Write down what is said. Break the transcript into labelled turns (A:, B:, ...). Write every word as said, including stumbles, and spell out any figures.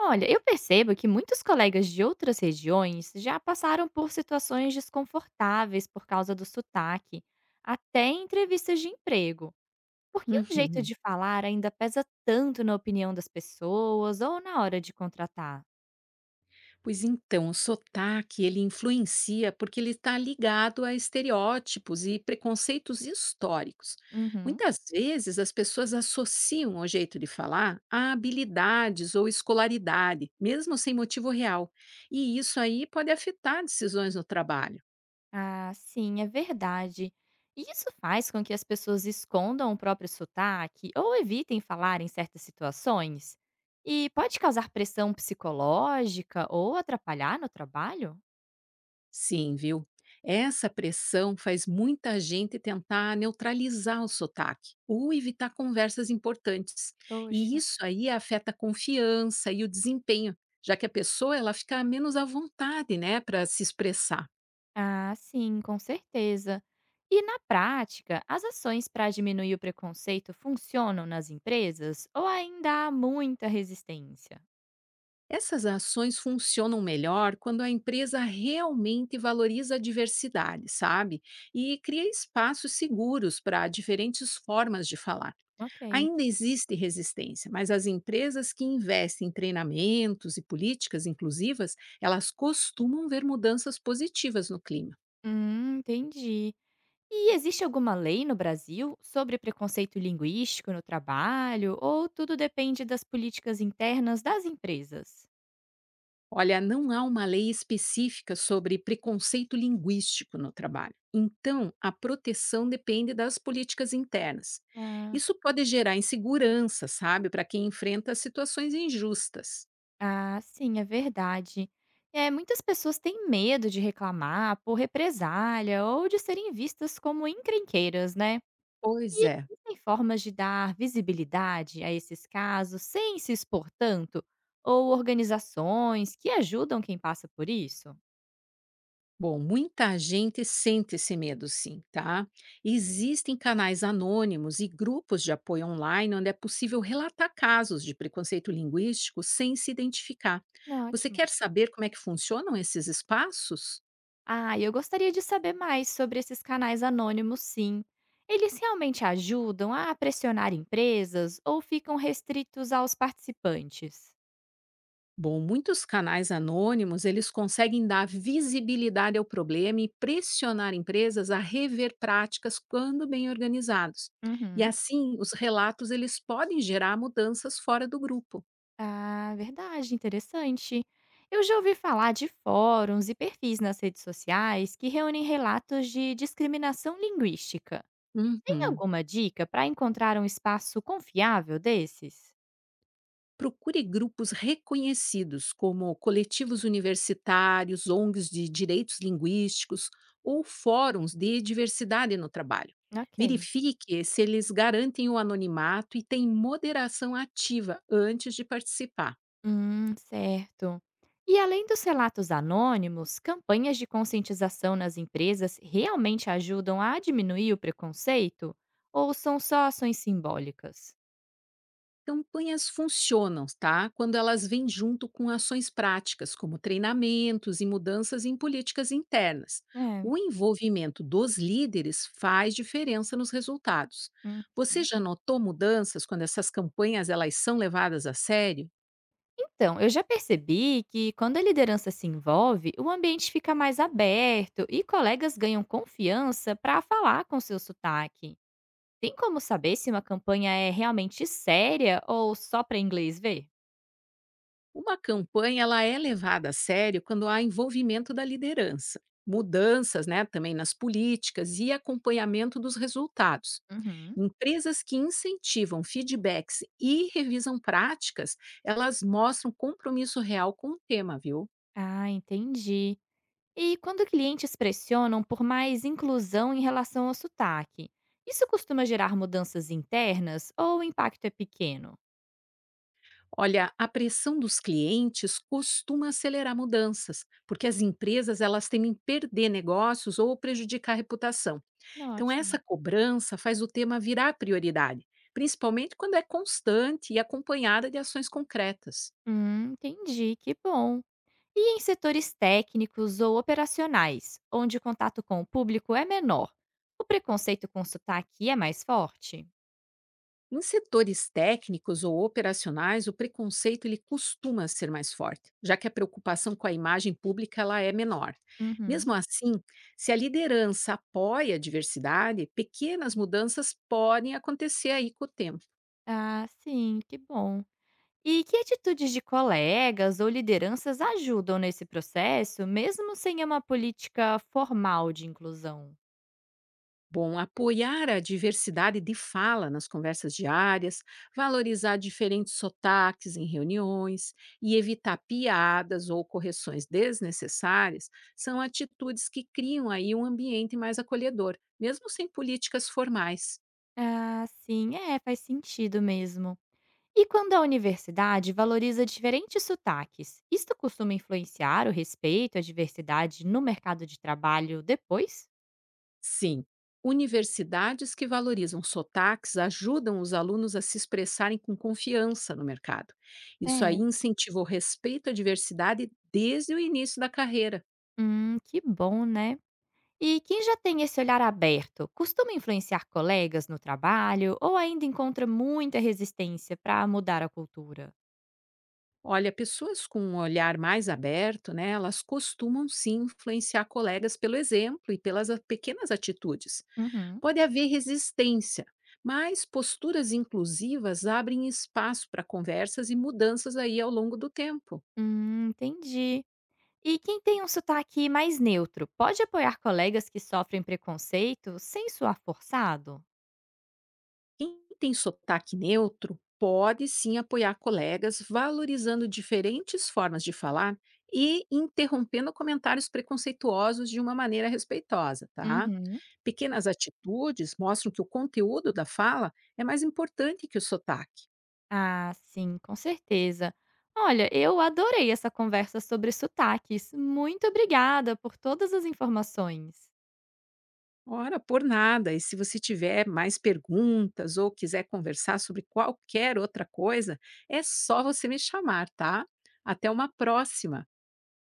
A: Olha, eu percebo que muitos colegas de outras regiões já passaram por situações desconfortáveis por causa do sotaque, até em entrevistas de emprego. Por que o jeito
B: Uhum.
A: de falar ainda pesa tanto na opinião das pessoas ou na hora de contratar?
B: Pois então, o sotaque ele influencia porque ele está ligado a estereótipos e preconceitos históricos.
A: Uhum.
B: Muitas vezes as pessoas associam o jeito de falar a habilidades ou escolaridade, mesmo sem motivo real. E isso aí pode afetar decisões no trabalho.
A: Ah, sim, é verdade. E isso faz com que as pessoas escondam o próprio sotaque ou evitem falar em certas situações? E pode causar pressão psicológica ou atrapalhar no trabalho?
B: Sim, viu? Essa pressão faz muita gente tentar neutralizar o sotaque ou evitar conversas importantes. E
A: Poxa.
B: isso aí afeta a confiança e o desempenho, já que a pessoa ela fica menos à vontade, né, para se expressar.
A: Ah, sim, com certeza. E na prática, as ações para diminuir o preconceito funcionam nas empresas ou ainda há muita resistência?
B: Essas ações funcionam melhor quando a empresa realmente valoriza a diversidade, sabe? E cria espaços seguros para diferentes formas de falar.
A: Ok.
B: Ainda existe resistência, mas as empresas que investem em treinamentos e políticas inclusivas, elas costumam ver mudanças positivas no clima.
A: Hum, entendi. E existe alguma lei no Brasil sobre preconceito linguístico no trabalho ou tudo depende das políticas internas das empresas?
B: Olha, não há uma lei específica sobre preconceito linguístico no trabalho. Então, a proteção depende das políticas internas.
A: Ah,
B: Isso pode gerar insegurança, sabe, para quem enfrenta situações injustas.
A: ah, sim, é verdade. É, muitas pessoas têm medo de reclamar por represália ou de serem vistas como encrenqueiras, né?
B: Pois
A: E
B: é.
A: existem formas de dar visibilidade a esses casos sem se expor tanto? Ou organizações que ajudam quem passa por isso?
B: Bom, muita gente sente esse medo, sim, tá? Existem canais anônimos e grupos de apoio online onde é possível relatar casos de preconceito linguístico sem se identificar. Você quer
A: Ótimo.
B: saber como é que funcionam esses espaços?
A: Ah, eu gostaria de saber mais sobre esses canais anônimos, sim. Eles realmente ajudam a pressionar empresas ou ficam restritos aos participantes?
B: Bom, muitos canais anônimos, eles conseguem dar visibilidade ao problema e pressionar empresas a rever práticas quando bem organizados. E
A: Uhum.
B: assim, os relatos eles podem gerar mudanças fora do grupo.
A: Ah, verdade, interessante. Eu já ouvi falar de fóruns e perfis nas redes sociais que reúnem relatos de discriminação linguística. Tem
B: Uhum.
A: alguma dica para encontrar um espaço confiável desses?
B: Procure grupos reconhecidos, como coletivos universitários, O N Gs de direitos linguísticos ou fóruns de diversidade no trabalho.
A: Ok.
B: Verifique se eles garantem o anonimato e têm moderação ativa antes de participar.
A: Hum, certo. E além dos relatos anônimos, campanhas de conscientização nas empresas realmente ajudam a diminuir o preconceito? Ou são só ações simbólicas?
B: Campanhas funcionam, tá? Quando elas vêm junto com ações práticas, como treinamentos e mudanças em políticas internas.
A: É.
B: O envolvimento dos líderes faz diferença nos resultados.
A: Uhum.
B: Você já notou mudanças quando essas campanhas elas são levadas a sério?
A: Então, eu já percebi que quando a liderança se envolve, o ambiente fica mais aberto e colegas ganham confiança para falar com seu sotaque. Tem como saber se uma campanha é realmente séria ou só para inglês ver?
B: Uma campanha ela é levada a sério quando há envolvimento da liderança, mudanças, né, também nas políticas e acompanhamento dos resultados.
A: Uhum.
B: Empresas que incentivam feedbacks e revisam práticas, elas mostram compromisso real com o tema, viu?
A: Ah, entendi. E quando clientes pressionam por mais inclusão em relação ao sotaque, isso costuma gerar mudanças internas ou o impacto é pequeno?
B: Olha, a pressão dos clientes costuma acelerar mudanças, porque as empresas elas temem perder negócios ou prejudicar a reputação. Então
A: Ótimo.
B: essa cobrança faz o tema virar prioridade, principalmente quando é constante e acompanhada de ações concretas.
A: Hum, entendi, que bom. E em setores técnicos ou operacionais, onde o contato com o público é menor, o preconceito com sotaque é mais forte?
B: Em setores técnicos ou operacionais, o preconceito ele costuma ser mais forte, já que a preocupação com a imagem pública ela é menor.
A: Uhum.
B: Mesmo assim, se a liderança apoia a diversidade, pequenas mudanças podem acontecer aí com o tempo.
A: Ah, sim, que bom. E que atitudes de colegas ou lideranças ajudam nesse processo, mesmo sem uma política formal de inclusão?
B: Bom, apoiar a diversidade de fala nas conversas diárias, valorizar diferentes sotaques em reuniões e evitar piadas ou correções desnecessárias são atitudes que criam aí um ambiente mais acolhedor, mesmo sem políticas formais.
A: Ah, sim, é, faz sentido mesmo. E quando a universidade valoriza diferentes sotaques, isto costuma influenciar o respeito à diversidade no mercado de trabalho depois?
B: Sim, universidades que valorizam sotaques ajudam os alunos a se expressarem com confiança no mercado. Isso aí
A: É.
B: incentiva o respeito à diversidade desde o início da carreira.
A: Hum, que bom, né? E quem já tem esse olhar aberto, costuma influenciar colegas no trabalho ou ainda encontra muita resistência para mudar a cultura?
B: Olha, pessoas com um olhar mais aberto, né, elas costumam sim influenciar colegas pelo exemplo e pelas a- pequenas atitudes.
A: Uhum.
B: Pode haver resistência, mas posturas inclusivas abrem espaço para conversas e mudanças aí ao longo do tempo.
A: Hum, entendi. E quem tem um sotaque mais neutro, pode apoiar colegas que sofrem preconceito sem soar forçado?
B: Quem tem sotaque neutro pode sim apoiar colegas valorizando diferentes formas de falar e interrompendo comentários preconceituosos de uma maneira respeitosa, tá?
A: Uhum.
B: Pequenas atitudes mostram que o conteúdo da fala é mais importante que o sotaque.
A: Ah, sim, com certeza. Olha, eu adorei essa conversa sobre sotaques. Muito obrigada por todas as informações.
B: Ora, por nada, e se você tiver mais perguntas ou quiser conversar sobre qualquer outra coisa, é só você me chamar, tá? Até uma próxima!